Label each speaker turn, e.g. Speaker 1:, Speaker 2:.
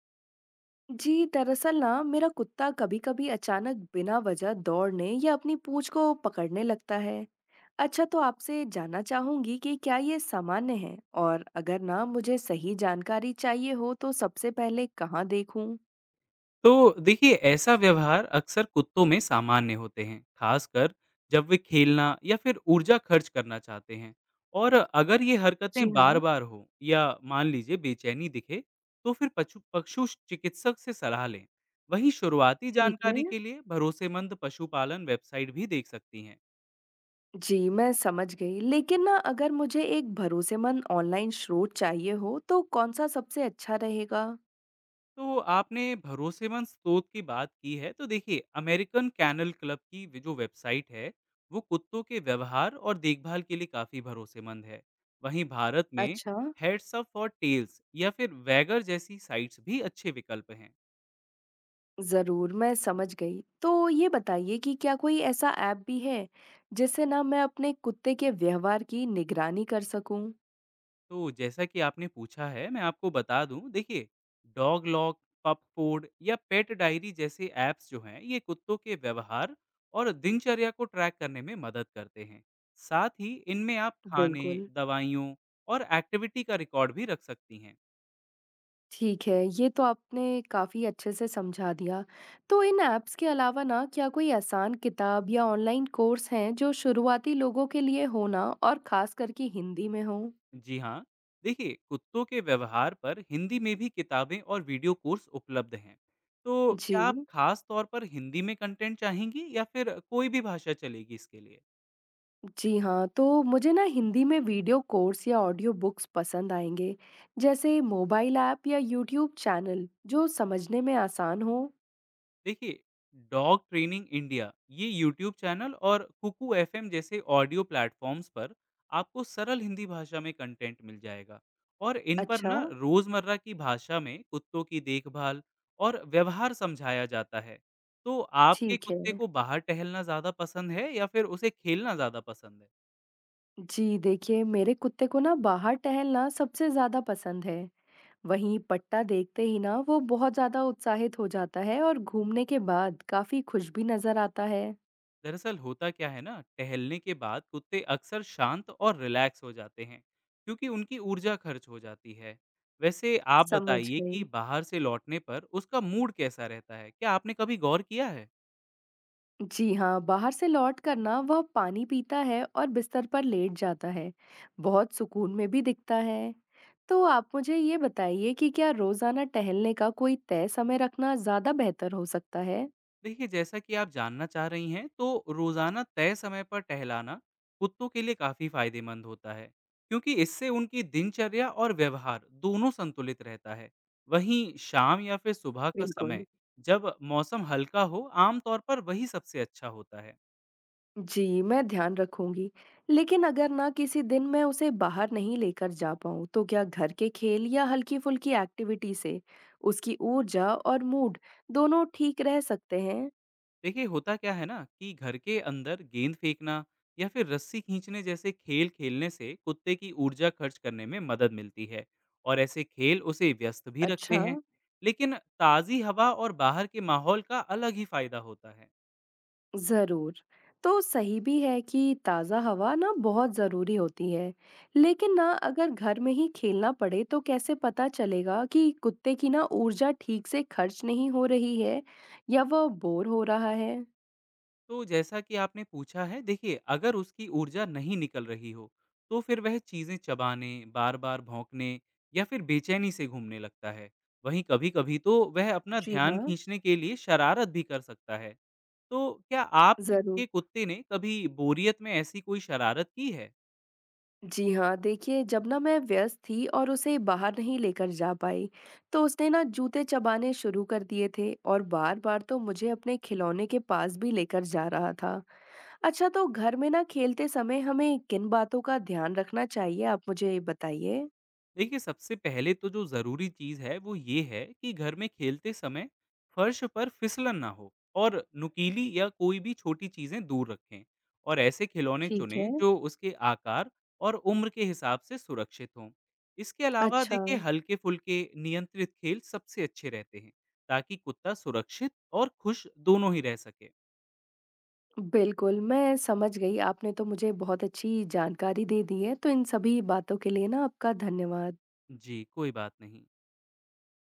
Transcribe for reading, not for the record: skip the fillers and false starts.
Speaker 1: जी, दरअसल ना मेरा कुत्ता कभी-कभी अचानक बिना वजह दौड़ने या अपनी पूंछ को पकड़ने लगता है। अच्छा, तो आपसे जानना चाहूंगी कि क्या ये सामान्य है? और अगर ना मुझे सही जानकारी चाहिए हो तो सबसे पहले कहाँ देखूं?
Speaker 2: तो देखिए, ऐसा व्यवहार अक्सर कुत्तों में सामान्य होते हैं। खासकर जब वे खेलना या फिर ऊर्जा खर्च करना चाहते हैं। और अगर ये
Speaker 1: जी
Speaker 2: हरकतें बार
Speaker 1: हाँ।
Speaker 2: बार हो या मान लीजिए बेचैनी दिखे, तो फिर पशु पशु चिकित्सक से सलाह लें। वहीं शुरुआती
Speaker 1: ठीक है।
Speaker 2: जानकारी के लिए भरोसेमंद पशुपालन वेबसाइट भी देख सकती हैं।
Speaker 1: जी, मैं समझ गई। लेकिन ना अगर मुझे एक भरोसेमंद ऑनलाइन स्रोत चाहिए हो तो कौन सा सबसे अच्छा रहेगा?
Speaker 2: तो आपने भरोसेमंद स्रोत की बात की है, तो देखिए अमेरिकन कैनल क्लब की जो वेबसाइट है, वो कुत्तों के व्यवहार और देखभाल के लिए काफ़ी भरोसेमंद है। वहीं भारत में
Speaker 1: अच्छा।
Speaker 2: हेड्स अप फॉर टेल्स या फिर वैगर जैसी साइट्स भी अच्छे विकल्प हैं।
Speaker 1: ज़रूर, मैं समझ गई। तो ये बताइए कि क्या कोई ऐसा ऐप भी है, जिससे ना मैं अपने कुत्ते के व्यवहार की निगरानी कर सकूँ?
Speaker 2: तो जैसा कि आपने पूछा है, मैं आपको बता दूं। देखिए, डॉग लॉक, पप फूड या पेट डायरी जैसे ऐप्स जो हैं, ये कुत्तों के व्यवहार और दिनचर्या को ट्रैक करने में मदद करते हैं। साथ ही इनमें आप खाने,
Speaker 1: बिल्कुल।
Speaker 2: दवाइयों और एक्टिविटी का रिकॉर्ड भी रख सकती हैं।
Speaker 1: ठीक है, ये तो आपने काफ़ी अच्छे से समझा दिया। तो इन ऐप्स के अलावा ना क्या कोई आसान किताब या ऑनलाइन कोर्स हैं, जो शुरुआती लोगों के लिए हो ना और ख़ास करके हिंदी में हों?
Speaker 2: जी हाँ, देखिए कुत्तों के व्यवहार पर हिंदी में भी किताबें और वीडियो कोर्स उपलब्ध हैं। तो
Speaker 1: जी।
Speaker 2: क्या आप खास तौर पर हिंदी में कंटेंट चाहेंगी या फिर कोई भी भाषा चलेगी इसके लिए?
Speaker 1: जी हाँ, तो मुझे ना हिंदी में वीडियो कोर्स या ऑडियो बुक्स पसंद आएँगे, जैसे मोबाइल ऐप या यूट्यूब चैनल जो समझने में आसान हो।
Speaker 2: देखिए, डॉग ट्रेनिंग इंडिया ये यूट्यूब चैनल और कुकू एफएम जैसे ऑडियो प्लेटफॉर्म्स पर आपको सरल हिंदी भाषा में कंटेंट मिल जाएगा। और इन पर
Speaker 1: अच्छा।
Speaker 2: ना रोजमर्रा की भाषा में कुत्तों की देखभाल और व्यवहार समझाया जाता है। तो आपके
Speaker 1: ठीक है।
Speaker 2: कुत्ते को बाहर टहलना ज्यादा पसंद है या फिर उसे खेलना ज्यादा पसंद है?
Speaker 1: जी, देखिए मेरे कुत्ते को ना बाहर टहलना सबसे ज़्यादा पसंद है। वहीं पट्टा देखते ही ना वो बहुत ज़्यादा उत्साहित हो जाता है और घूमने के बाद काफ़ी खुश भी नज़र आता है।
Speaker 2: दरअसल होता क्या है ना, टहलने के बाद कुत्ते अक्सर शांत और रिलैक्स हो जाते हैं, क्योंकि उनकी ऊर्जा खर्च हो जाती है। वैसे आप
Speaker 1: समझ
Speaker 2: बताइए
Speaker 1: गई।
Speaker 2: कि बाहर से लौटने पर उसका मूड कैसा रहता है, क्या आपने कभी गौर किया है?
Speaker 1: जी हाँ, बाहर से लौट कर ना वह पानी पीता है और बिस्तर पर लेट जाता है। बहुत सुकून में भी दिखता है। तो आप मुझे ये बताइए कि क्या रोज़ाना टहलने का कोई तय समय रखना ज़्यादा बेहतर हो सकता है?
Speaker 2: देखिए, जैसा कि आप जानना चाह रही हैं, तो रोजाना तय समय पर टहलाना कुत्तों के लिए काफी फायदेमंद होता है, क्योंकि इससे उनकी दिनचर्या और व्यवहार दोनों संतुलित रहता है। वहीं शाम या फिर सुबह का
Speaker 1: बिल्कुल।
Speaker 2: समय, जब मौसम हल्का हो, आमतौर पर वही सबसे अच्छा होता है।
Speaker 1: जी, मैं ध्यान रखूंगी। लेकिन अगर ना किसी दिन मैं उसे बाहर नहीं लेकर जा पाऊँ, तो क्या घर के खेल या हल्की-फुल्की एक्टिविटी से उसकी ऊर्जा और मूड दोनों ठीक रह सकते हैं?
Speaker 2: देखिए, होता क्या है ना, कि घर के अंदर गेंद फेंकना या फिर रस्सी खींचने जैसे खेल खेलने से कुत्ते की ऊर्जा खर्च करने में मदद मिलती है। और ऐसे खेल उसे व्यस्त भी रखते
Speaker 1: अच्छा।
Speaker 2: हैं। लेकिन ताज़ी हवा और बाहर के माहौल का अलग ही फायदा होता है।
Speaker 1: ज़रूर। तो सही भी है कि ताज़ा हवा ना बहुत ज़रूरी होती है, लेकिन ना अगर घर में ही खेलना पड़े तो कैसे पता चलेगा कि कुत्ते की ना ऊर्जा ठीक से खर्च नहीं हो रही है या वह बोर हो रहा है?
Speaker 2: तो जैसा कि आपने पूछा है, देखिए अगर उसकी ऊर्जा नहीं निकल रही हो, तो फिर वह चीज़ें चबाने, बार बार भौंकने या फिर बेचैनी से घूमने लगता है। वहीं कभी कभी तो वह अपना
Speaker 1: जी
Speaker 2: ध्यान
Speaker 1: हाँ।
Speaker 2: खींचने के लिए शरारत भी कर सकता है। तो क्या
Speaker 1: ज़रूर।
Speaker 2: आपके कुत्ते ने कभी बोरियत में ऐसी कोई शरारत की है?
Speaker 1: जी हाँ, देखिए जब ना मैं व्यस्त थी और उसे बाहर नहीं लेकर जा पाई, तो उसने ना जूते चबाने शुरू कर दिए थे और बार-बार तो मुझे अपने खिलौने के पास भी लेकर जा रहा था। अच्छा, तो घर में ना खेलते समय हमें किन बातों का ध्यान रखना चाहिए आप मुझे बताइए?
Speaker 2: देखिए, सबसे पहले तो जो ज़रूरी चीज़ है, वो ये है कि घर में खेलते समय फर्श पर फिसलन ना हो और नुकीली या कोई भी छोटी चीज़ें दूर रखें। और ऐसे खिलौने
Speaker 1: ठीक
Speaker 2: चुनें
Speaker 1: है।
Speaker 2: जो उसके आकार और उम्र के हिसाब से सुरक्षित हों। इसके अलावा
Speaker 1: अच्छा,
Speaker 2: देखिए, हल्के-फुल्के नियंत्रित खेल सबसे अच्छे रहते हैं, ताकि कुत्ता सुरक्षित और खुश दोनों ही रह सके।
Speaker 1: बिल्कुल मैं समझ गई। आपने तो मुझे बहुत अच्छी जानकारी दे दी है, तो इन सभी बातों के लिए ना आपका धन्यवाद।
Speaker 2: जी, कोई बात नहीं।